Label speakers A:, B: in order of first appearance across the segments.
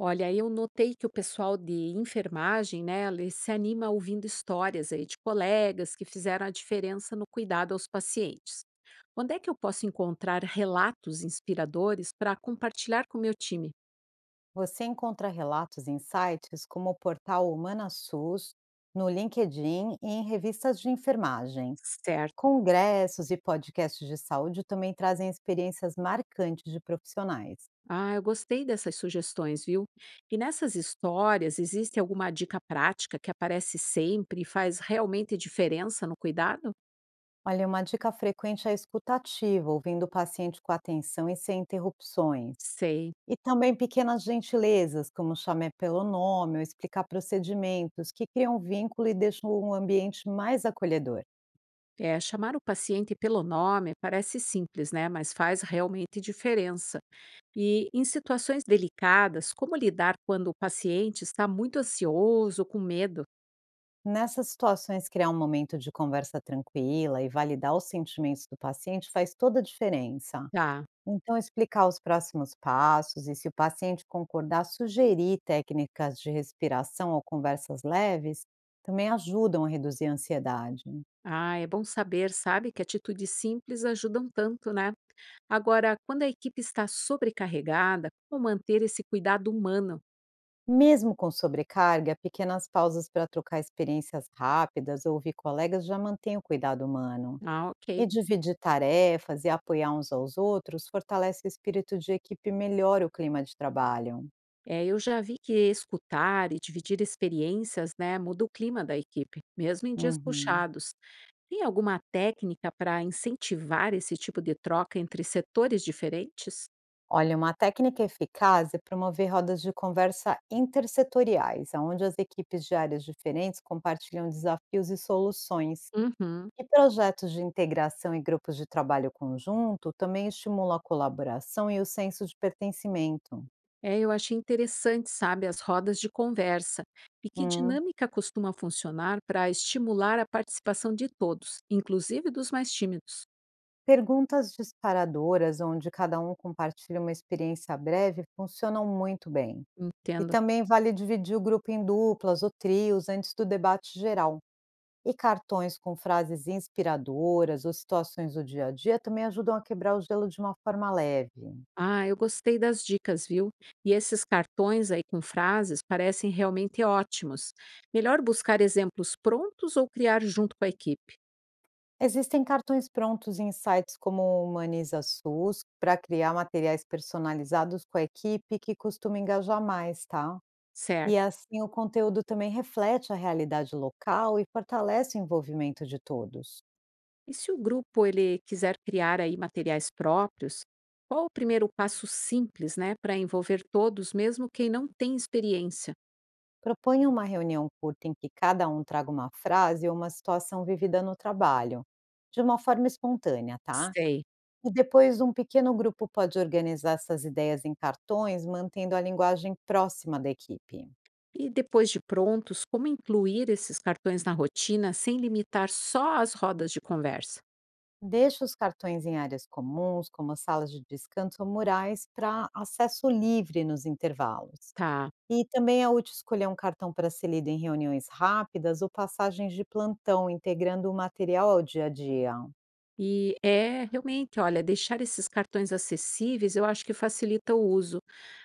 A: Olha, eu notei que o pessoal de enfermagem, né, ele se anima ouvindo histórias aí de colegas que fizeram a diferença no cuidado aos pacientes. Onde é que eu posso encontrar relatos inspiradores para compartilhar com o meu time?
B: Você encontra relatos em sites como o portal HumanaSUS, no LinkedIn e em revistas de enfermagem.
A: Certo.
B: Congressos e podcasts de saúde também trazem experiências marcantes de profissionais.
A: Ah, eu gostei dessas sugestões, viu? E nessas histórias, existe alguma dica prática que aparece sempre e faz realmente diferença no cuidado?
B: Olha, uma dica frequente é a escutativa, ouvindo o paciente com atenção e sem interrupções.
A: Sei.
B: E também pequenas gentilezas, como chamar pelo nome ou explicar procedimentos, que criam vínculo e deixam um ambiente mais acolhedor.
A: É, chamar o paciente pelo nome parece simples, né? Mas faz realmente diferença. E em situações delicadas, como lidar quando o paciente está muito ansioso, com medo?
B: Nessas situações, criar um momento de conversa tranquila e validar os sentimentos do paciente faz toda a diferença.
A: Tá.
B: Então, explicar os próximos passos e, se o paciente concordar, sugerir técnicas de respiração ou conversas leves também ajudam a reduzir a ansiedade.
A: Ah, é bom saber, sabe, que atitudes simples ajudam tanto, né? Agora, quando a equipe está sobrecarregada, como manter esse cuidado humano?
B: Mesmo com sobrecarga, pequenas pausas para trocar experiências rápidas ou ouvir colegas já mantêm o cuidado humano.
A: Ah,
B: E
A: ok.
B: dividir tarefas e apoiar uns aos outros fortalece o espírito de equipe e melhora o clima de trabalho.
A: É, eu já vi que escutar e dividir experiências, né, muda o clima da equipe, mesmo em dias
B: Uhum.
A: puxados. Tem alguma técnica para incentivar esse tipo de troca entre setores diferentes?
B: Olha, uma técnica eficaz é promover rodas de conversa intersetoriais, onde as equipes de áreas diferentes compartilham desafios e soluções.
A: Uhum.
B: E projetos de integração e grupos de trabalho conjunto também estimulam a colaboração e o senso de pertencimento.
A: É, eu achei interessante, sabe, as rodas de conversa. E que
B: Hum.
A: dinâmica costuma funcionar para estimular a participação de todos, inclusive dos mais tímidos.
B: Perguntas disparadoras, onde cada um compartilha uma experiência breve, funcionam muito bem. E
A: Entendo.
B: também vale dividir o grupo em duplas ou trios antes do debate geral. E cartões com frases inspiradoras ou situações do dia a dia também ajudam a quebrar o gelo de uma forma leve.
A: Ah, eu gostei das dicas, viu? E esses cartões aí com frases parecem realmente ótimos. Melhor buscar exemplos prontos ou criar junto com a equipe,
B: Existem cartões prontos em sites como o Humaniza SUS para criar materiais personalizados com a equipe que costuma engajar mais, tá? E
A: certo?
B: assim o conteúdo também reflete a realidade local e fortalece o envolvimento de todos.
A: E se o grupo ele quiser criar aí materiais próprios, qual o primeiro passo simples, né, para envolver todos, mesmo quem não tem experiência?
B: Proponha uma reunião curta em que cada um traga uma frase ou uma situação vivida no trabalho, de uma forma espontânea, tá?
A: Sei.
B: E depois um pequeno grupo pode organizar essas ideias em cartões, mantendo a linguagem próxima da equipe.
A: E depois de prontos, como incluir esses cartões na rotina sem limitar só as rodas de conversa?
B: Deixe os cartões em áreas comuns, como salas de descanso ou murais, para acesso livre nos intervalos.
A: Tá.
B: E também é útil escolher um cartão para ser lido em reuniões rápidas ou passagens de plantão, integrando o material ao dia a dia.
A: E é realmente, olha, deixar esses cartões acessíveis eu acho que facilita o uso.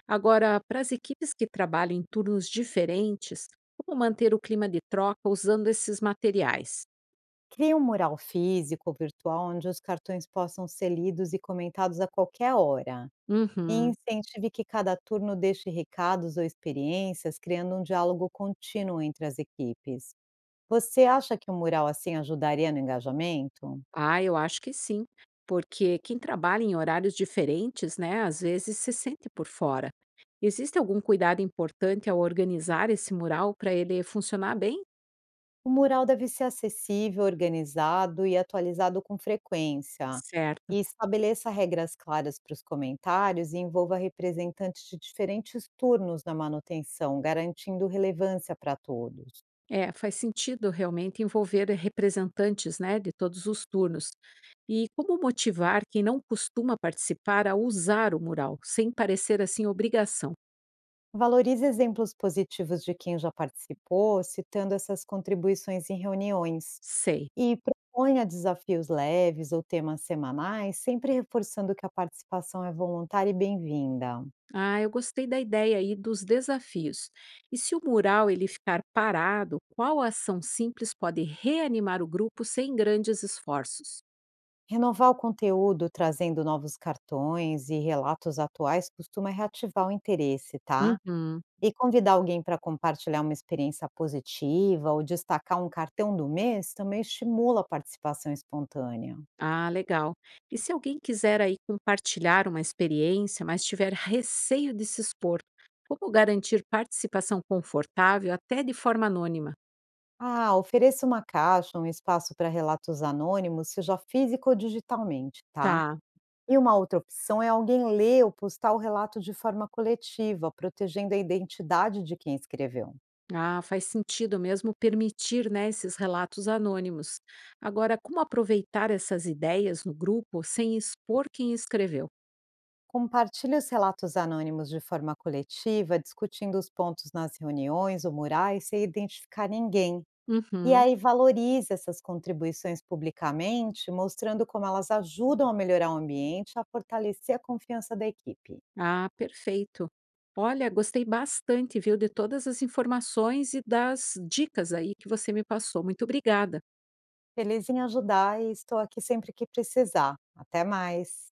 A: Agora, para as equipes que trabalham em turnos diferentes, como manter o clima de troca usando esses materiais?
B: Crie um mural físico ou virtual onde os cartões possam ser lidos e comentados a qualquer hora. E
A: Uhum.
B: incentive que cada turno deixe recados ou experiências, criando um diálogo contínuo entre as equipes. Você acha que um mural assim ajudaria no engajamento?
A: Ah, eu acho que sim, porque quem trabalha em horários diferentes, né, às vezes se sente por fora. Existe algum cuidado importante ao organizar esse mural para ele funcionar bem?
B: O mural deve ser acessível, organizado e atualizado com frequência.
A: Certo.
B: E estabeleça regras claras para os comentários e envolva representantes de diferentes turnos na manutenção, garantindo relevância para todos.
A: É, faz sentido realmente envolver representantes, né, de todos os turnos. E como motivar quem não costuma participar a usar o mural, sem parecer assim obrigação?
B: Valorize exemplos positivos de quem já participou, citando essas contribuições em reuniões.
A: Sei.
B: E proponha desafios leves ou temas semanais, sempre reforçando que a participação é voluntária e bem-vinda.
A: Ah, eu gostei da ideia aí dos desafios. E se o mural ele ficar parado, qual ação simples pode reanimar o grupo sem grandes esforços?
B: Renovar o conteúdo trazendo novos cartões e relatos atuais costuma reativar o interesse, tá?
A: Uhum.
B: E convidar alguém para compartilhar uma experiência positiva ou destacar um cartão do mês também estimula a participação espontânea.
A: Ah, legal. E se alguém quiser aí compartilhar uma experiência, mas tiver receio de se expor, como garantir participação confortável até de forma anônima?
B: Ah, ofereça uma caixa, um espaço para relatos anônimos, seja físico ou digitalmente, tá?
A: Tá.
B: E uma outra opção é alguém ler ou postar o relato de forma coletiva, protegendo a identidade de quem escreveu.
A: Ah, faz sentido mesmo permitir, né, esses relatos anônimos. Agora, como aproveitar essas ideias no grupo sem expor quem escreveu?
B: Compartilhe os relatos anônimos de forma coletiva, discutindo os pontos nas reuniões ou murais sem identificar ninguém. E
A: Uhum.
B: aí valorize essas contribuições publicamente, mostrando como elas ajudam a melhorar o ambiente e a fortalecer a confiança da equipe.
A: Ah, perfeito. Olha, gostei bastante, viu, de todas as informações e das dicas aí que você me passou. Muito obrigada.
B: Feliz em ajudar e estou aqui sempre que precisar. Até mais!